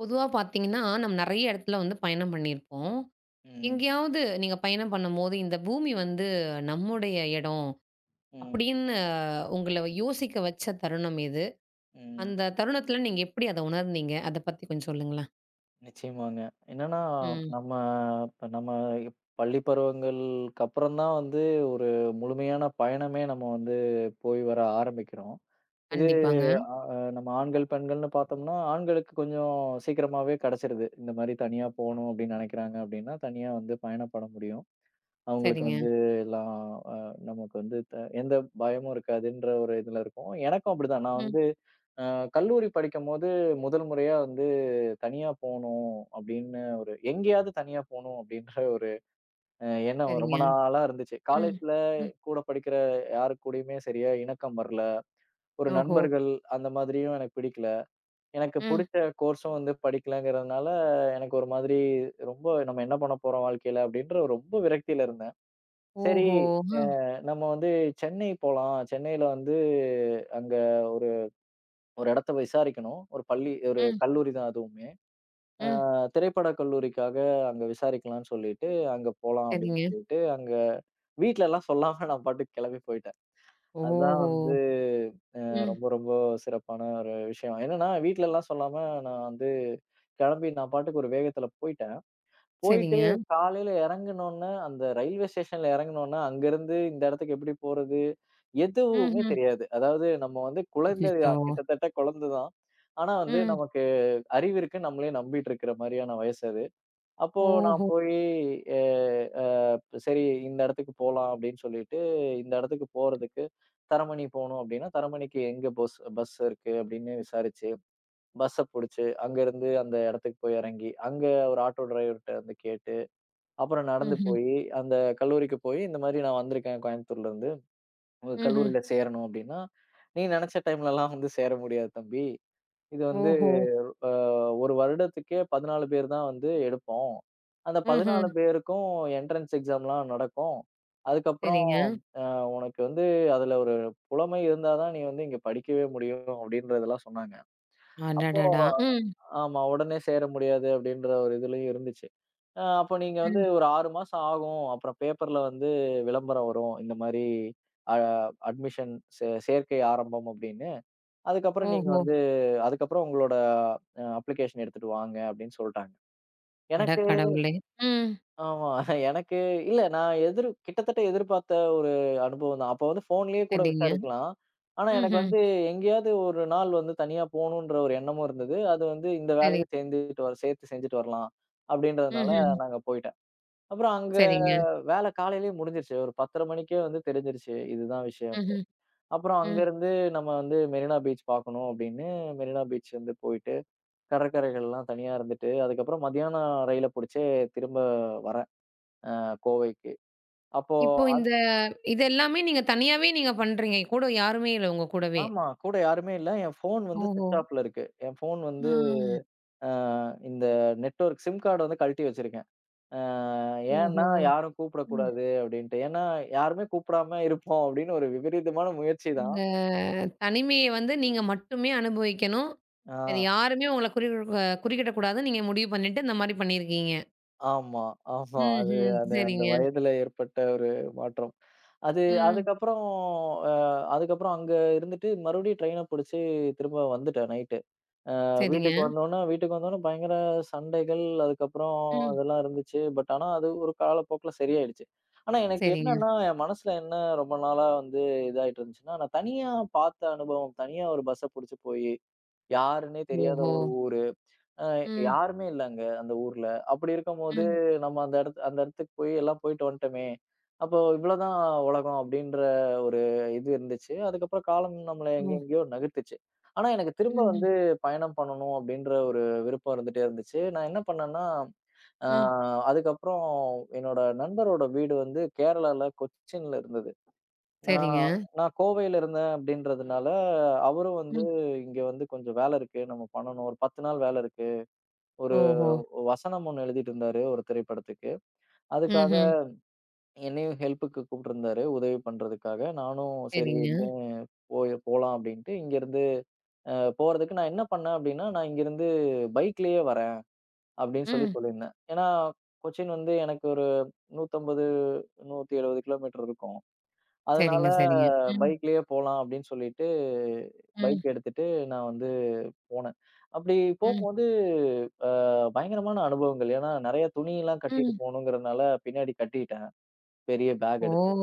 பொதுவா பார்த்தீங்கன்னா, நம்ம நெறைய இடத்துல வந்து பயணம் பண்ணியிருப்போம். ம், எங்கேயாவது நீங்க பயணம் பண்ணும்போது, இந்த பூமி நம்முடைய இடம் ம், அப்படின்னு உங்கள யோசிக்க வச்ச தருணம் எது? ம். அந்த தருணத்துல நீங்க எப்படி அத உணர்ந்தீங்க? அத பத்தி கொஞ்சம் சொல்லுங்களேன். நிச்சயமாங்க. என்னன்னா, ம். நம்ம இப்ப நம்ம பள்ளி பருவங்களுக்கு அப்புறம் தான் வந்து ஒரு முழுமையான பயணமே நம்ம வந்து போய் வர ஆரம்பிக்கிறோம். இது கண்டிப்பாங்க. நம்ம ஆண்கள், பெண்கள்னு பார்த்தோம்னா, ஆண்களுக்கு கொஞ்சம் சீக்கிரமாவே கிடைச்சிருது. இந்த மாரி தனியா போணும் அப்படின்னு நினைக்கிறாங்க அப்படின்னா, தனியா வந்து பயணப்பட முடியும். அவங்களுக்கு சரிங்க. வந்து எல்லாம் அ நமக்கு வந்து எந்த பயமும் இருக்காதுன்ற ஒரு இதுல இருக்கும். எனக்கும் அப்படிதான். நான் ம். வந்து அ கல்லூரி படிக்கும்போது முதல் முறையா வந்து தனியா போணும் அப்படின்னு ஒரு எங்கேயாவது தனியா போணும் அப்படின்ற ஒரு எண்ணம் சரிங்க. ரொம்ப நாளா இருந்துச்சு. ம். காலேஜ்ல ம். கூட படிக்கிற யாரு கூடயுமே சரியா இணக்கம் வரல. ஒரு ஓஹோ! நண்பர்கள் அந்த மாதிரியும் எனக்கு பிடிக்கல. எனக்கு ம். பிடிச்ச கோர்ஸும் வந்து படிக்கலங்கிறதுனால எனக்கு ஒரு மாதிரி ரொம்ப நம்ம என்ன பண்ண போறோம் வாழ்க்கையில அப்படின்ற ஒரு ரொம்ப விரக்தியில இருந்தேன். சரி. ஓஹோ! ம். நம்ம வந்து சென்னை போலாம். சென்னையில வந்து அங்க ஒரு ஒரு இடத்த விசாரிக்கணும். ஒரு பள்ளி ஒரு ம். கல்லூரி தான் அதுவுமே. ம். திரைப்பட கல்லூரிக்காக அங்க விசாரிக்கலான்னு சொல்லிட்டு, அங்க போலாம் அப்படின்னு சரிங்க. சொல்லிட்டு, அங்க வீட்லலாம் சொல்லாம நான் பாட்டுக்கு கிளம்பி போயிட்டேன். ஓஹோ! அதுதான் வந்து ம். ரொம்ப ரொம்ப சிறப்பான ஒரு விஷயம். என்னன்னா, வீட்லலாம் சொல்லாம நான் வந்து கிளம்பி நான் பாட்டுக்கு ஒரு வேகத்துல போயிட்டேன். போயிட்டு சரிங்க. காலையில இறங்குனோன்ன, அந்த ரயில்வே ஸ்டேஷன்ல இறங்குனோன்ன, அங்கருந்து இந்த இடத்துக்கு எப்படி போறது? எதுவுமே ம்ஹ்ம். தெரியாது. அதாவது நம்ம வந்து குழந்தை அச்சச்சோ! தான், கிட்டத்தட்ட குழந்தை தான். ஆனா வந்து ம். நமக்கு அறிவு இருக்குன்னு நம்மளே நம்பிட்டு இருக்கிற மாரியான வயசு அது. அப்போ நான் ஓஹோ! போயி அ அ சரி, இந்த இடத்துக்கு போலாம் அப்படின்னு சொல்லிட்டு, இந்த இடத்துக்கு போறதுக்கு தரமணி போணும் அப்படின்னா, தரமணிக்கு எங்க பஸ் பஸ் இருக்கு அப்படின்னு விசாரிச்சு, பஸ்ஸ புடிச்சு, அங்கருந்து அந்த இடத்துக்கு போய் இறங்கி, அங்க ஒரு ஆட்டோ டிரைவர்ட்ட வந்து கேட்டு, அப்புறம் நடந்து ம்ஹ்ம். போயி, அந்த கல்லூரிக்கு போயி, இந்த மாதிரி நான் வந்திருக்கேன் கோயம்புத்தூர்லருந்து. உங்க ம்ஹ்ம். கல்லூரியில சேரணும் அப்படின்னா, "நீ நினைச்ச டைம்லலாம் வந்து சேர முடியாது தம்பி. இது வந்து ஓஹோ! அ ஒரு வருடத்துக்கே 14 பேர் தான் வந்து எடுப்போம். அந்த ம்ஹ்ம். 14 பேருக்கும் என்ட்ரன்ஸ் எக்ஸாம்லாம் நடக்கும். அதுக்கப்புறம் சரிங்க. அ உனக்கு வந்து அதுல ஒரு புலமை இருந்தா தான் நீ வந்து இங்க படிக்கவே முடியும் அப்படின்றதெல்லாம் சொன்னாங்க. அப்போ அடடடா! ம், ஆமா உடனே சேர முடியாது அப்படின்ற ஒரு இதுலயும் இருந்துச்சு. அப்போ நீங்க வந்து ம். ஒரு 6 மாசம் ஆகும். அப்புறம் பேப்பர்ல வந்து விளம்பரம் வரும். இந்த மாரி அ அட்மிஷன் சேர்க்கை ஆரம்பம் அப்படின்னு. அதுக்கப்புறம் நீங்க ஓஹோ! வந்து அதுக்கப்புறம் உங்களோட அப்ளிகேஷன் எடுத்துட்டு வாங்க அப்படின்னு சொல்ட்டாங்க. அட எனக்கு கடவுளே! ம். ஆமா. எனக்கு இல்ல நான் எதிர் கிட்டத்தட்ட எதிர்பார்த்த ஒரு அனுபவம் தான். அப்போ வந்து ஃபோன்லயே கூட சரிங்க. விசாரிக்கலாம். ஆனா எனக்கு ம்ஹ்ம். வந்து எங்கேயாவது ஒரு நாள் வந்து தனியா போணுன்ற ஒரு எண்ணமும் இருந்தது. அது வந்து இந்த சரி. வேலையும் சேர்ந்துட்டு வர சேர்த்து செஞ்சுட்டு வரலாம் அப்படின்றதுனால ம்ஹ்ம். நாங்க போயிட்டேன். அப்புறம் அங்க சரிங்க. வேலை காலையிலயே முடிஞ்சிருச்சு. ஒரு 10:30 மணிக்கே வந்து தெரிஞ்சிருச்சு இதுதான் விஷயம்ன்ட்டு. ம்ஹ்ம். அப்புறம் ம். அங்கருந்து நம்ம வந்து மெரினா பீச் பார்க்கணும் அப்படின்னு மெரினா பீச் வந்து போயிட்டு கடற்கரைகள்லாம் தனியா இருந்துட்டு, அதுக்கப்புறம் மதியானம் ரயில புடிச்சு திரும்ப வரேன் கோவைக்கு. அப்போ இப்போ இந்த இது எல்லாமே நீங்க தனியாவே நீங்க பண்றீங்க. கூட யாருமே இல்ல உங்க கூடவே? ஆமா. கூட யாருமே இல்ல. என் ஃபோன் வந்து ஓஹோ! ஸ்விட்ச் ஆஃப்ல இருக்கு. என் ஃபோன் ஆ. வந்து அ இந்த நெட்வொர்க் சிம் கார்டு வந்து கழட்டி வச்சிருக்கேன். அ ஏன்னா, ஓஹோ! யாரும் ம். கூப்பிடக்கூடாது அப்படின்ட்டு. ஏன்னா, யாருமே கூப்பிடாம இருப்போம் அப்படின்னு ஒரு விபரீதமான முயற்சி தான். இந்த தனிமைய வந்து நீங்க மட்டுமே அனுபவிக்கணும். ஆ. வேற யாருமே உங்கள குறி குறுக்கிடக்கூடாதுன்னு நீங்க முடிவு பண்ணிட்டு இந்த மாரி பண்ணியிருக்கீங்க. ஆமா, ஆமா. அது ம்ஹ்ம். அது அந்த சரிங்க. வயதுல ஏற்பட்ட ஒரு மாற்றம். அது ம். அதுக்கப்புறம் அ அதுக்கப்புறம் அங்க இருந்துட்டு மறுபடியும் ட்ரெயின புடிச்சு திரும்ப வந்துட்டேன் நைட்டு. சரிங்க. வீட்டுக்கு வந்தோனே வீட்டுக்கு வந்தோனே பயங்கர சண்டைகள், அதுக்கப்புறம் ம். அதெல்லாம் இருந்துச்சு. பட் ஆனா அது ஒரு காலப்போக்குல சரியாயிடுச்சு. ஆனா ம். எனக்கு சரிங்க. என்னன்னா, என் மனசுல என்ன ரொம்ப நாளா வந்து இதாயிட்டு இருந்துச்சுன்னா, நான் தனியா பார்த்த அனுபவம், தனியா ஒரு பஸ்ஸ புடிச்சு போயி, யாருன்னே தெரியாத ஓஹோ! ஒரு ஊரு அ ம், யாருமே இல்ல அங்க அந்த ஊர்ல. அப்படி இருக்கும்போது ம். நம்ம அந்த இடத்து அந்த இடத்துக்கு போய் எல்லாம் போயிட்டு வந்துட்டோமே! அப்போ இவ்வளோதான் உலகம் அப்படின்ற ஒரு இது இருந்துச்சு. அதுக்கப்புறம் காலம் நம்மள எங்க ஓ! எங்கேயோ நகர்த்துச்சு. ஆனா எனக்கு திரும்ப ம்ஹ்ம். வந்து பயணம் பண்ணணும் அப்படின்ற ஒரு விருப்பம் இருந்துட்டே இருந்துச்சு. நான் என்ன பண்ணேன்னா, அ ம். அதுக்கப்புறம் என்னோட நண்பரோட வீடு வந்து கேரளால கொச்சின்ல இருந்தது. சரிங்க. நான் நான் கோவையில இருந்தேன் அப்படின்றதுனால, அவரும் வந்து ம். இங்க வந்து கொஞ்சம் வேலை இருக்கு. நம்ம பண்ணணும். ஒரு 10 நாள் வேலை இருக்கு. ஒரு ஓஹோ! வசனம் ஒண்ணு எழுதிட்டு இருந்தாரு ஒரு திரைப்படத்துக்கு. அதுக்காக ம்ஹ்ம். என்னையும் ஹெல்ப்புக்கு கூப்பிட்டுருந்தாரு, உதவி பண்றதுக்காக. நானும் சரிங்க. சரின்னு போய் போலாம் அப்படின்ட்டு இங்கேருந்து அ போறதுக்கு நான் என்ன பண்ணேன் அப்படின்னா, நான் இங்கேருந்து பைக்லயே வரேன் அப்படின்னு சொல்லி ம். சொல்லியிருந்தேன். ஏன்னா, கொச்சின் வந்து எனக்கு ஒரு 150, 170 கிலோமீட்டர் இருக்கும். அதனால சரிங்க, சரிங்க. ம், பைக்லயே போலாம் அப்படின்னு சொல்லிட்டு, ம், பைக் எடுத்துட்டு நான் வந்து போனேன். அப்படி ம், போகும்போது அ பயங்கரமான அனுபவங்கள். ஏன்னா நெறைய துணியெல்லாம் கட்டிட்டு ம். போகணுங்கிறதுனால பின்னாடி கட்டிட்டேன். பெரிய பேக் ஓ! எடுத்து.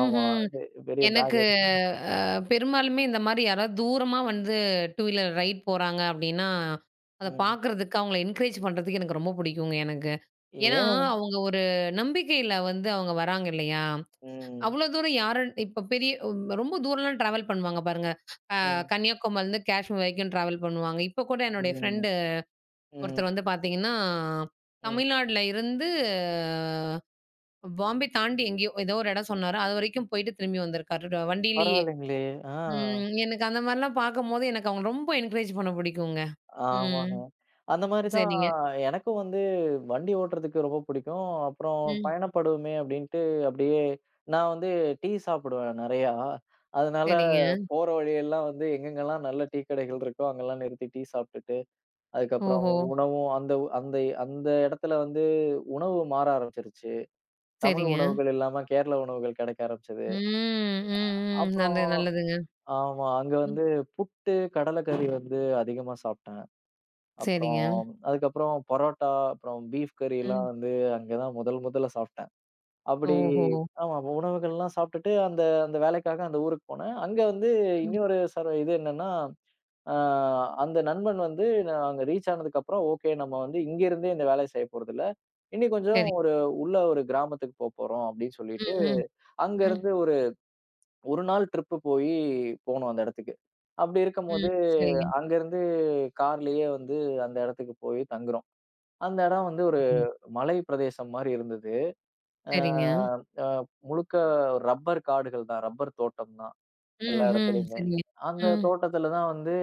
ஆமா. ம்ஹ்ம். பெ பெரிய பேக் எனக்கு எடுத்து. அ பெரும்பாலுமே இந்த மாரி யாராவது தூரமா வந்து 2 வீலர் ரைட் போறாங்க அப்டின்னா, அத ம். பார்க்குறதுக்கு அவங்கள என்கரேஜ் பண்றதுக்கு எனக்கு ரொம்ப பிடிக்குங்க. ஏன்னா, ஏன்? அவங்க ஒரு நம்பிக்கையில வந்து அவங்க வராங்க இல்லையா? ம். அவ்ளோ தூரம் யாரும் இப்ப பெரிய ரொம்ப தூரம்லாம் டிராவல் பண்ணுவாங்க பாருங்க. ம். கன்னியாகுமரிலருந்து காஷ்மீர் வரைக்கும் டிராவல் பண்ணுவாங்க. இப்போ கூட என்னுடைய ம். ஃப்ரெண்டு ம். ஒருத்தர் வந்து பார்த்தீங்கன்னா, ம். தமிழ்நாடுல இருந்து பாம்பே தாண்டி எங்கேயோ ஏதோ ஒரு இடம் சொன்னாரு. அதுவரைக்கும் போயிட்டு திரும்பி வந்திருக்காரு வண்டியிலேயே. பரவாயில்லைங்களே! ஆ. ம். எனக்கு அந்த மாரிலாம் பார்க்கும்போது எனக்கு அவங்கள ரொம்ப என்கரேஜ் பண்ண பிடிக்குங்க. ம். ஆமாங்க. அந்த மாரி தான் சரிங்க. எனக்கும் வந்து வண்டி ஓட்டுறதுக்கு ரொம்ப பிடிக்கும். அப்புறம் ம். பயணப்படுவோமே அப்டின்ட்டு அப்டியே நான் வந்து டீ சாப்பிடுவேன் நெறையா. அதனால சரிங்க. போற வழியெல்லாம் வந்து எங்கெங்கலாம் நல்ல டீ கடைகள் இருக்கோ, அங்கலாம் நிறுத்தி டீ சாப்ட்டுட்டு, அதுக்கப்புறம் ஓஹோ! உணவும் அந்த அந்த அந்த இடத்துல வந்து உணவு மாற ஆரம்பிச்சுருச்சு. தமிழ் சரிங்க. உணவுகள் இல்லாம கேரள உணவுகள் கெடைக்க ஆரம்பிச்சது. ம். ம். ம். நல்ல அப்புறம் நல்லதுங்க. ஆமா. அங்க ம். வந்து புட்டு, கடலக்கறி வந்து அதிகமா சாப்ட்டேன். சரிங்க. அப்புறம் அதுக்கப்புறம் பரோட்டா, அப்புறம் பீஃப் கறிலாம் ம். வந்து அங்க தான் முதல் முதல்ல சாப்பிட்டேன். அப்படி ஓஹோ! ஆமா அப்ப உணவுகள்லாம் சாப்பிட்டுட்டு அந்த அந்த வேலைக்காக அந்த ஊருக்கு போனேன். அங்க வந்து ம். இன்னொரு இது என்னன்னா, அ அந்த நண்பன் வந்து நான் அங்க ரீச் ஆனதுக்கப்புறம், ஓகே நம்ம வந்து இங்க இருந்தே இந்த வேலைய செய்ய போறதில்ல. இனி கொஞ்சம் சரி. ஒரு உள்ள ஒரு கிராமத்துக்கு போப்போறோம் அப்படின்னு சொல்லிட்டு, ம். ம். அங்க ம். இருந்து ஒரு 1 நாள் ட்ரிப் போயி போனோம் அந்த இடத்துக்கு. அப்படி ம். இருக்கும்போது, சரிங்க. அங்க இருந்து கார்லயே வந்து அந்த இடத்துக்கு போய் தங்குறோம். அந்த இடம் வந்து ஒரு ம், மலை பிரதேசம் மாரி இருந்தது. அ சரிங்க. அ முழுக்க ரப்பர் காடுகள் தான். ரப்பர் தோட்டம் தான் எல்லா ம்ஹ்ம். இடத்துலயுமே. சரிங்க. அந்த ம். தோட்டத்துல தான் வந்து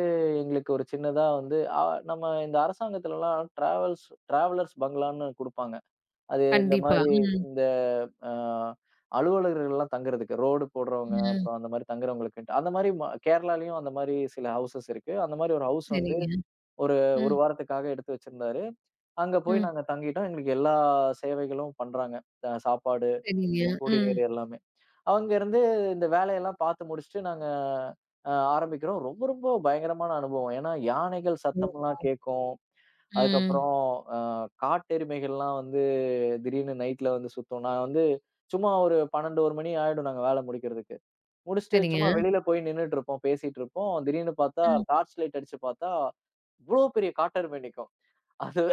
எங்களுக்கு ஒரு சின்னதா வந்து நம்ம இந்த அரசாங்கத்துலலாம் டிராவலர்ஸ் பங்களான்னு குடுப்பாங்க. அது இந்த கண்டிப்பா. மாரி ம். இந்த அ அலுவலர்கள்லாம் தங்குறதுக்கு. ரோடு போடுறவங்க, ம். அப்புறம் அந்த மாரி தங்குறவங்களுக்குன்ட்டு. அந்த மாரி கேரளாலயும் அந்த மாரி சில ஹவுசஸ் இருக்கு. அந்த மாரி ஒரு ஹவுஸ் வந்து சரிங்க. ஒரு 1 ம். வாரத்துக்காக எடுத்து வச்சிருந்தாரு. அங்க போய் ம். நாங்க தங்கிட்டோம். எங்களுக்கு எல்லா சேவைகளும் பண்றாங்க. அ சாப்பாடு, சரிங்க. ம். குடிநீர் எல்லாமே. அங்க இருந்து இந்த வேலையெல்லாம் பார்த்து முடிச்சுட்டு நாங்க ஆரம்பிக்கிறோம். ரொம்ப ரொம்ப பயங்கரமான அனுபவம். ஏன்னா, யானைகள் சத்தம்லாம் கேட்கும். ம். அதுக்கப்புறம் அ காட்டெருமைகள்லாம் வந்து திடீர்னு நைட்ல வந்து சுத்தும். நான் வந்து சும்மா ஒரு 12, 1 மணி ஆயிடும் நாங்க வேலை முடிக்கிறதுக்கு. முடிச்சுட்டு சரிங்க. சும்மா வெளியில போய் நின்னுட்டு இருப்போம், பேசிட்டு இருப்போம். திடீர்னு பார்த்தா ம். டார்ச் லைட் அடிச்சு பார்த்தா, இவ்ளோ பெரிய காட்டெருமை நிக்கும். அது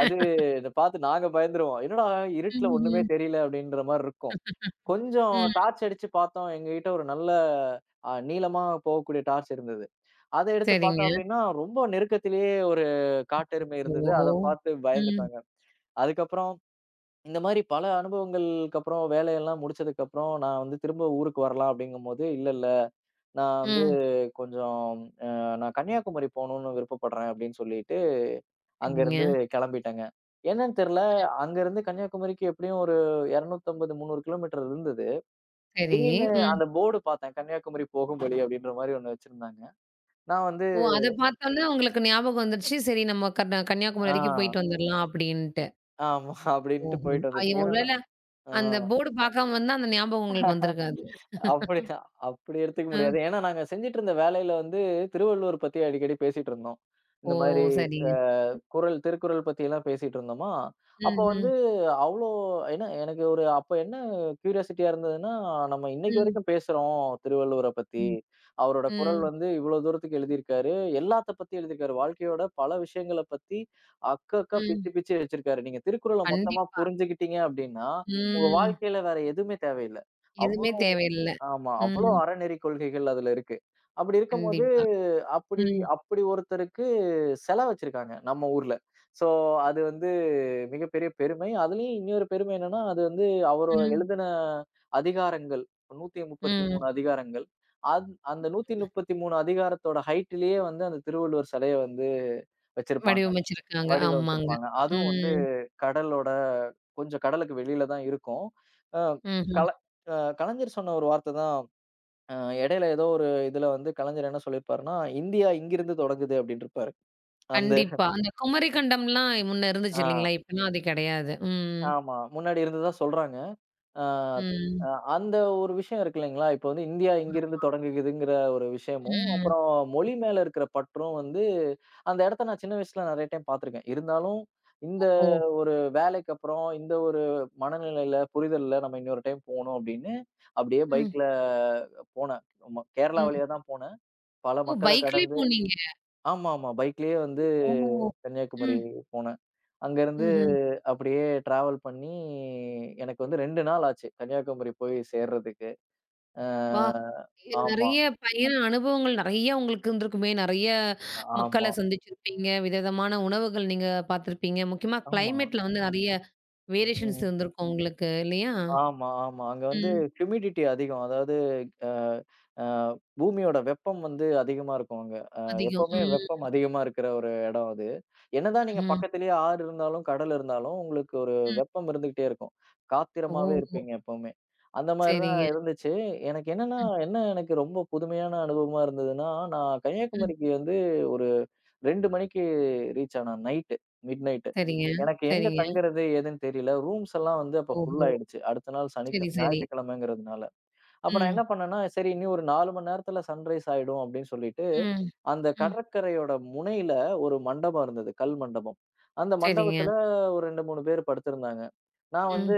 அது இத பார்த்து நாங்க பயந்துருவோம். என்னடா இருட்டுல ஒண்ணுமே ம்ஹ்ம். தெரியல அப்படின்ற மாரி இருக்கும். கொஞ்சம் ம். டார்ச் அடிச்சு பார்த்தோம். எங்ககிட்ட ஒரு நல்ல நீளமா போகக்கூடிய டார்ச் இருந்தது. அத எடுத்து சரிங்க. பார்த்தோம் அப்படின்னா, ரொம்ப நெருக்கத்திலேயே ஒரு காட்டெருமை இருந்தது. அத ஓ! பார்த்து ம். பயந்துட்டாங்க. அதுக்கப்புறம் இந்த மாரி பல அனுபவங்களுக்கு அப்புறம் வேலையெல்லாம் முடிச்சதுக்கு அப்புறம் நான் வந்து திரும்ப ஊருக்கு வரலாம் அப்படிங்கும்போது, இல்ல இல்ல நான் வந்து ம். கொஞ்சம் அ நான் கன்னியாகுமரி போணும்னு விருப்பப்படுறேன் அப்படின்னு சொல்லிட்டேன். அங்கருந்து சரிங்க. கெளம்பிட்டேங்க. என்னன்னு தெரியல, அங்கருந்து கன்னியாகுமரிக்கு எப்படியும் ஒரு 250, 300 கிலோமீட்டர் இருந்தது. சரி. திடீர்னு ம். அந்த போர்டு பார்த்தேன். "கன்னியாகுமரி போகும் வழி" அப்படின்ற மாரி ஒண்ணு வச்சிருந்தாங்க. நான் வந்து ஓ! அத பார்த்தோனே உங்களுக்கு ஞாபகம் வந்துருச்சு. சரி நம்ம கன்னியாகுமரி வரைக்கும் ஆ போயிட்டு வந்துரலாம் அப்படின்ட்டு. ஆமா. அப்படின்ட்டு ஓஹோ! போயிட்டு ஐயோ! வந்துருச்சு. ஏன்னா, ஒருவேள ஆ. அந்த போர்டு பார்க்காம வந்தா அந்த ஞாபகம் உங்களுக்கு வந்திருக்காது. அப்படி அப்படி எடுத்துக்க அ. முடியாது. ஏன்னா, நாங்க செஞ்சுட்டு இருந்த வேலையில வந்து திருவள்ளுவர் பத்தி அடிக்கடி பேசிட்டு இருந்தோம். ஓ! இந்த மாதிரி அ சரிங்க. குறள் திருக்குறள் பத்தியெல்லாம் பேசிட்டு இருந்தோமா, ம். அப்போ வந்து ம். அவ்ளோ ஏன்னா எனக்கு ஒரு அப்ப என்ன கியூரியாசிட்டியா இருந்ததுன்னா, நம்ம இன்னைக்கு ம். வரைக்கும் பேசுறோம் திருவள்ளுவர பத்தி. ம். அவரோட குறள் ம். வந்து இவ்ளோ தூரத்துக்கு எழுதியிருக்காரு. எல்லாத்த பத்தி எழுதியிருக்காரு. வாழ்க்கையோட பல விஷயங்கள பத்தி அக்கு அக்கா பிச்சு ம். பிச்சு வச்சிருக்காரு. நீங்க திருக்குறள மொத்தமா கண்டிப்பா. புரிஞ்சுகிட்டீங்க அப்படின்னா, உங்க ம். வாழ்க்கையில வேற எதுவுமே தேவையில்ல. எதுவுமே அவ்ளோ தேவையில்ல. ஆமா. ம். அவ்ளோ அறநெறி கொள்கைகள் அதுல இருக்கு. அப்படி இருக்கும்போது, கண்டிப்பா. அப்படி ம். அப்படி ஒருத்தருக்கு சிலை வச்சிருக்காங்க நம்ம ஊர்ல. ஸோ அது வந்து மிகப்பெரிய பெருமை. அதுலயும் இன்னொரு பெருமை என்னன்னா, அது வந்து அவரு ம். எழுதின அதிகாரங்கள் ம். 133 அதிகாரங்கள். அந்த 133 அதிகாரத்தோட ஹைட்லயே வந்து அந்த திருவள்ளுவர் சிலைய வந்து வச்சிருப்பாங்க. வடிவமைச்சிருக்காங்க. ஆமாங்க. வடிவமைச்சிருப்பாங்க. அதுவும் வந்து ம். கடலோட கொஞ்சம் கடலுக்கு வெளியில தான் இருக்கும். அ ம்ஹ்ம். கல அ கலைஞர் சொன்ன ஒரு வார்த்த தான் அ இடையில ஏதோ ஒரு இதுல வந்து கலைஞர் என்ன சொல்லியிருப்பாருன்னா, "இந்தியா இங்கிருந்து தொடங்குது" அப்டின்ருப்பாரு. அந்த கண்டிப்பா. அந்த குமரி கண்டம்லாம் முன்ன இருந்துச்சு ஆ இல்லைங்களா? இப்பலாம் அது கிடையாது. ம். ஆமா. முன்னாடி இருந்ததா சொல்றாங்க. ஆ ம். அ அந்த ஒரு விஷயம் இருக்கு இல்லைங்களா? இப்போ வந்து இந்தியா ஆ. இங்கிருந்து தொடங்குதுங்கிற ஒரு விஷயமும், ம். அப்புறம் மொழி மேல இருக்கிற பற்றும் வந்து அந்த இடத்த நான் சின்ன வயசுல நெறைய டைம் பார்த்துருக்கேன். இருந்தாலும் இந்த ஓஹோ! ஒரு வேலைக்கு அப்புறம், இந்த ஒரு மனநிலையில, புரிதல்ல நம்ம இன்னொரு டைம் போணும் அப்டின்னு, அப்டியே ம். பைக்ல போனேன். ஆமா. கேரளா ம். வழியா தான் போனேன். பல ஓ! மக்கள பைக்லயே கடந்து போனீங்க. ஆமா, ஆமா. பைக்லயே வந்து ஓ! கன்னியாகுமரி ம். போனேன். அங்கருந்து ம்ஹ்ம். அப்படியே டிராவல் பண்ணி எனக்கு வந்து 2 நாள் ஆச்சு. கன்னியாகுமரி போய் சேர்றதுக்கு. அ அப்பா! இ ஆமா, நெறைய பயண அனுபவங்கள் நெறைய உங்களுக்கு இருந்திருக்குமே! நெறைய மக்கள ஆமா, சந்திச்சிருப்பீங்க. விதவிதமான உணவுகள் நீங்க பார்த்துருப்பீங்க. முக்கியமா ஆமா. கிளைமேட்ல வந்து நெறைய வேரியேஷன்ஸ் ம். இருந்திருக்கும் உங்களுக்கு இல்லையா? ஆமா, ஆமா. அங்க வந்து ம். ஹியூமிடிட்டி அதிகம். அதாவது அ அ பூமியோட வெப்பம் வந்து அதிகமா இருக்கும் அங்க. அதிகம். எப்பவுமே ம். வெப்பம் அதிகமா இருக்கிற ஒரு இடம் அது. என்னதான் நீங்க ம்ஹ்ம். பக்கத்திலேயே ஆறு இருந்தாலும், கடல் இருந்தாலும், உங்களுக்கு ஒரு ம். வெப்பம் இருந்துகிட்டே இருக்கும். ஓஹோ! காத்திரமாவே இருப்பீங்க எப்பவுமே. அந்த மாரி தான் சரிங்க. இருந்துச்சு. எனக்கு என்னன்னா, ம், என்ன எனக்கு ரொம்ப புதுமையான அனுபவமா இருந்ததுன்னா, நான் ம். கன்னியாகுமரிக்கு வந்து ஒரு 2 மணிக்கு ரீச் ஆனோம் நைட்டு. Mid night. சரிங்க, எனக்கு எங்க சரிங்க. தங்குறது? ஏதுன்னு தெரியல. ரூம்ஸ் எல்லாம் வந்து அப்ப ஃபுல் ஓஹோ! ஆயிடுச்சு. அடுத்த நாள் சனிக்க சரி, சரி. ஞாயிற்றுக்கிழமைங்கிறதுனால. அப்ப நான் என்ன ம், பண்ணேன்னா, சரி இனி ஒரு 4 மணி நேரத்துல சன்ரைஸ் ஆயிடும் அப்படின்னு சொல்லிட்டு, ம், அந்த ம். கடற்கரையோட முனையில ஒரு மண்டபம் இருந்தது. கல் மண்டபம். அந்த சரிங்க. மண்டபத்துல ஒரு 2, 3 பேர் படுத்திருந்தாங்க. நான் ம், வந்து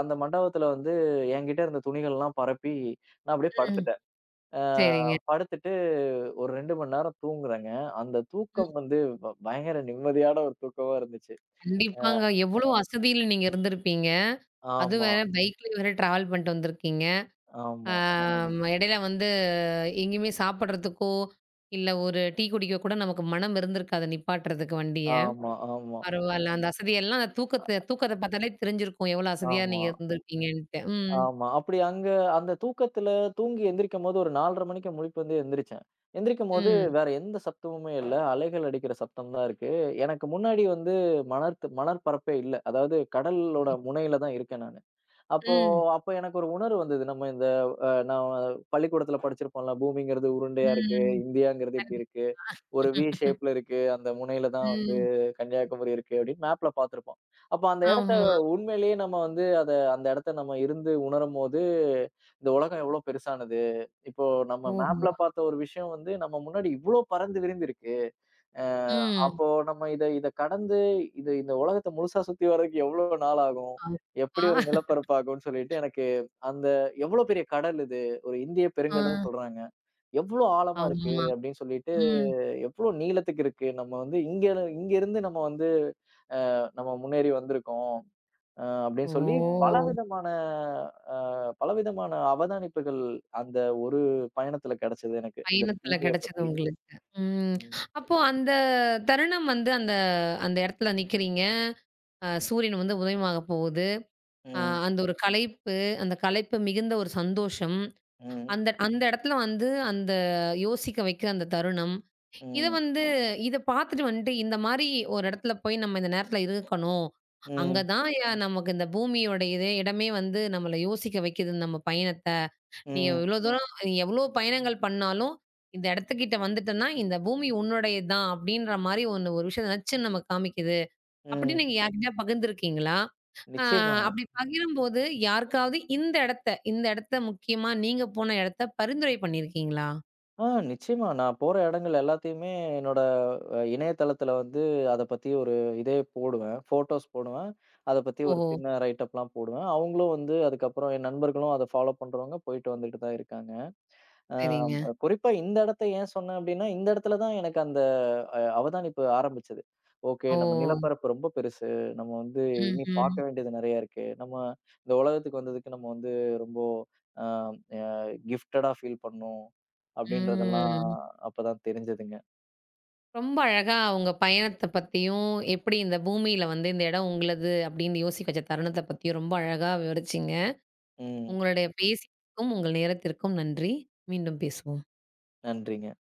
அந்த மண்டபத்துல வந்து என்கிட்ட இருந்த துணிகள்லாம் பரப்பி, நான் அப்படியே ம். படுத்துட்டேன். அ சரிங்க. படுத்துட்டு ஒரு 2 மணி நேரம் தூங்குறேங்க. அந்த ம். தூக்கம் வந்து பயங்கர நிம்மதியான ஒரு தூக்கமா இருந்துச்சு. கண்டிப்பாங்க. எவ்வளோ அசதியில நீங்க இருந்திருப்பீங்க. அது ஆமா, வேற பைக்ல வேற டிராவல் பண்ணிட்டு வந்திருக்கீங்க. ஆமா, ஆம், இடையில வந்து எங்கேயுமே சாப்பிடுறதுக்கோ, இல்ல ஒரு டீ குடிக்க கூட நமக்கு மனம் இருந்திருக்காது நிப்பாட்டுறதுக்கு வண்டிய. ஆமா, ஆமா, பரவால்ல. அந்த அசதியெல்லாம் அந்த தூக்கத்த தூக்கத்த பார்த்தாலே தெரிஞ்சிருக்கும். எவ்வளோ அசதியா ஆமா, நீங்க இருந்திருப்பீங்கன்ட்டு. ம். ஆமா. அப்படி அங்க அந்த தூக்கத்துல தூங்கி எந்திரிக்கும்போது ஒரு 4:30 மணிக்கு முழிப்பு வந்து எந்திரிச்சேன். எந்திரிக்கும்போது ம். வேற எந்த சத்தமுமே இல்ல. அலைகள் அடிக்கிற சத்தம் தான் இருக்கு. எனக்கு முன்னாடி வந்து மணற்பரப்பே இல்ல. அதாவது கடலோட முனையில தான் இருக்கேன் நானு. அப்போ ம். அப்போ எனக்கு ஒரு உணர்வு வந்தது. நம்ம இந்த நான் பள்ளிக்கூடத்துல படிச்சிருப்போம்ல, பூமிங்கிறது உருண்டையா இருக்கு, ம். இந்தியாங்கிறது இப்படி இருக்கு. கண்டிப்பா. ஒரு வி ஷேப்ல இருக்கு. அந்த முனையில தான் வந்து ம். கன்னியாகுமரி இருக்கு அப்படின்னு மேப்ல பார்த்திருப்போம். அப்ப அந்த இடத்த ஆமா. உண்மையிலேயே நம்ம வந்து அத அந்த இடத்த நம்ம இருந்து உணரும்போது, இந்த உலகம் எவ்வளோ பெருசானது. இப்போ நம்ம மேப்ல ஓஹோ! பார்த்த ஒரு விஷயம் வந்து நம்ம முன்னாடி இவ்ளோ பறந்து விரிந்து இருக்கு. அ ம். அப்போ நம்ம இத இத கடந்து இது இந்த உலகத்த முழுசா சுத்தி வர்றதுக்கு எவ்வளோ நாள் ஆகும்? எப்படி அப்பா! ஒரு நிலப்பரப்பு ஆகும்ன்னு சொல்லிட்டு எனக்கு அந்த எவ்வளோ பெரிய கடல் இது. ஒரு இந்திய பெருங்கடல்ன்னு ஆ. சொல்றாங்க. எவ்வளோ ஆழமா இருக்கு ஆமா. அப்படின்னு சொல்லிட்டு ம். எவ்ளோ நீளத்துக்கு இருக்கு. நம்ம வந்து இங்க இங்க இருந்து நம்ம வந்து நம்ம முன்னேறி வந்திருக்கோம். அப்படின்னு சொல்லி ஓ! பலவிதமான அ பலவிதமான அவதானிப்புகள் அந்த ஒரு பயணத்துல கிடைச்சது எனக்கு. இந்த பயணத்துல பூமிய கிடைச்சது பத்தி. உங்களுக்கு. ம். ம், அப்போ அந்த தருணம் வந்து அந்த அந்த இடத்துல நிக்கிறீங்க. அ சூரியன் வந்து உதயமாக போகுது. அ ம், அந்த ஒரு களைப்பு, அந்த களைப்பு மிகுந்த ஒரு சந்தோஷம். ம், அந்த அந்த இடத்துல வந்து அந்த யோசிக்க வைக்கிற அந்த தருணம். இத ம், வந்து இத பார்த்துட்டு வந்துட்டு இந்த மாரி ஒரு இடத்துல போய் நம்ம இந்த நேரத்துல இருக்கணும். அங்க ம், தான் ய நமக்கு இந்த பூமியோட இதே இடமே வந்து நம்மள யோசிக்க வைக்குது நம்ம பயணத்த. நீ ம், இவ்ளோ தூரம் நீ எவ்ளோ பயணங்கள் பண்ணாலும், இந்த இடத்துக்கிட்ட வந்துட்டன்னா, இந்த பூமி உன்னுடையது தான் அப்படின்ற மாரி ஒண்ணு ஒரு விஷயம் நச்சுன்னு நமக்கு காமிக்குது. ம். அப்படின்னு நீங்க யார்கிட்டயா பகிர்ந்துருக்கீங்களா? ஆ நிச்சயமா. அப்படி பகிரும்போது யாருக்காவது இந்த இடத்த, இந்த இடத்த முக்கியமா நீங்க போன இடத்த பரிந்துரை பண்ணியிருக்கீங்களா? ஆ நிச்சயமா. நான் போற இடங்கள் எல்லாத்தையுமே என்னோட இணையதளத்தில வந்து அத பத்தி ஒரு இதே போடுவேன். ஃபோட்டோஸ் போடுவேன். அத பத்தி ஒரு ஓஹோ! சின்ன ரைட்டப்லாம் போடுவேன். அவங்களும் வந்து அதுக்கப்புறம் என் நண்பர்களும் அத ஃபாலோ பண்றவங்க போயிட்டு வந்துட்டு தான் இருக்காங்க. ஆம், சரிங்க. குறிப்பா இந்த இடத்த ஏன் சொன்னேன் அப்படின்னா, இந்த இடத்துல தான் எனக்கு அந்த அவதானிப்பு ஆரம்பிச்சது. ஓகே ஓ! நம்ம நிலப்பரப்பு ரொம்ப பெருசு. நம்ம வந்து இனி ம்ஹ்ம். பார்க்க வேண்டியது நெறைய இருக்கு. நம்ம இந்த உலகத்துக்கு வந்ததுக்கு நம்ம வந்து ரொம்ப அ அ கிஃப்டடா ஃபீல் பண்ணணும். அப்படின்றதெல்லாம் ம். அப்பதான் தெரிஞ்சதுங்க. ரொம்ப அழகா உங்க பயணத்த பத்தியும், எப்படி இந்த பூமியில வந்து இந்த இடம் உங்களது அப்படின்னு யோசிக்க வச்ச தருணத்த பத்தியும் ரொம்ப அழகா விவரிச்சீங்க. ம். உங்களுடைய பேசியதுக்கும், உங்கள் நேரத்திற்கும் நன்றி. மீண்டும் பேசுவோம். நன்றிங்க.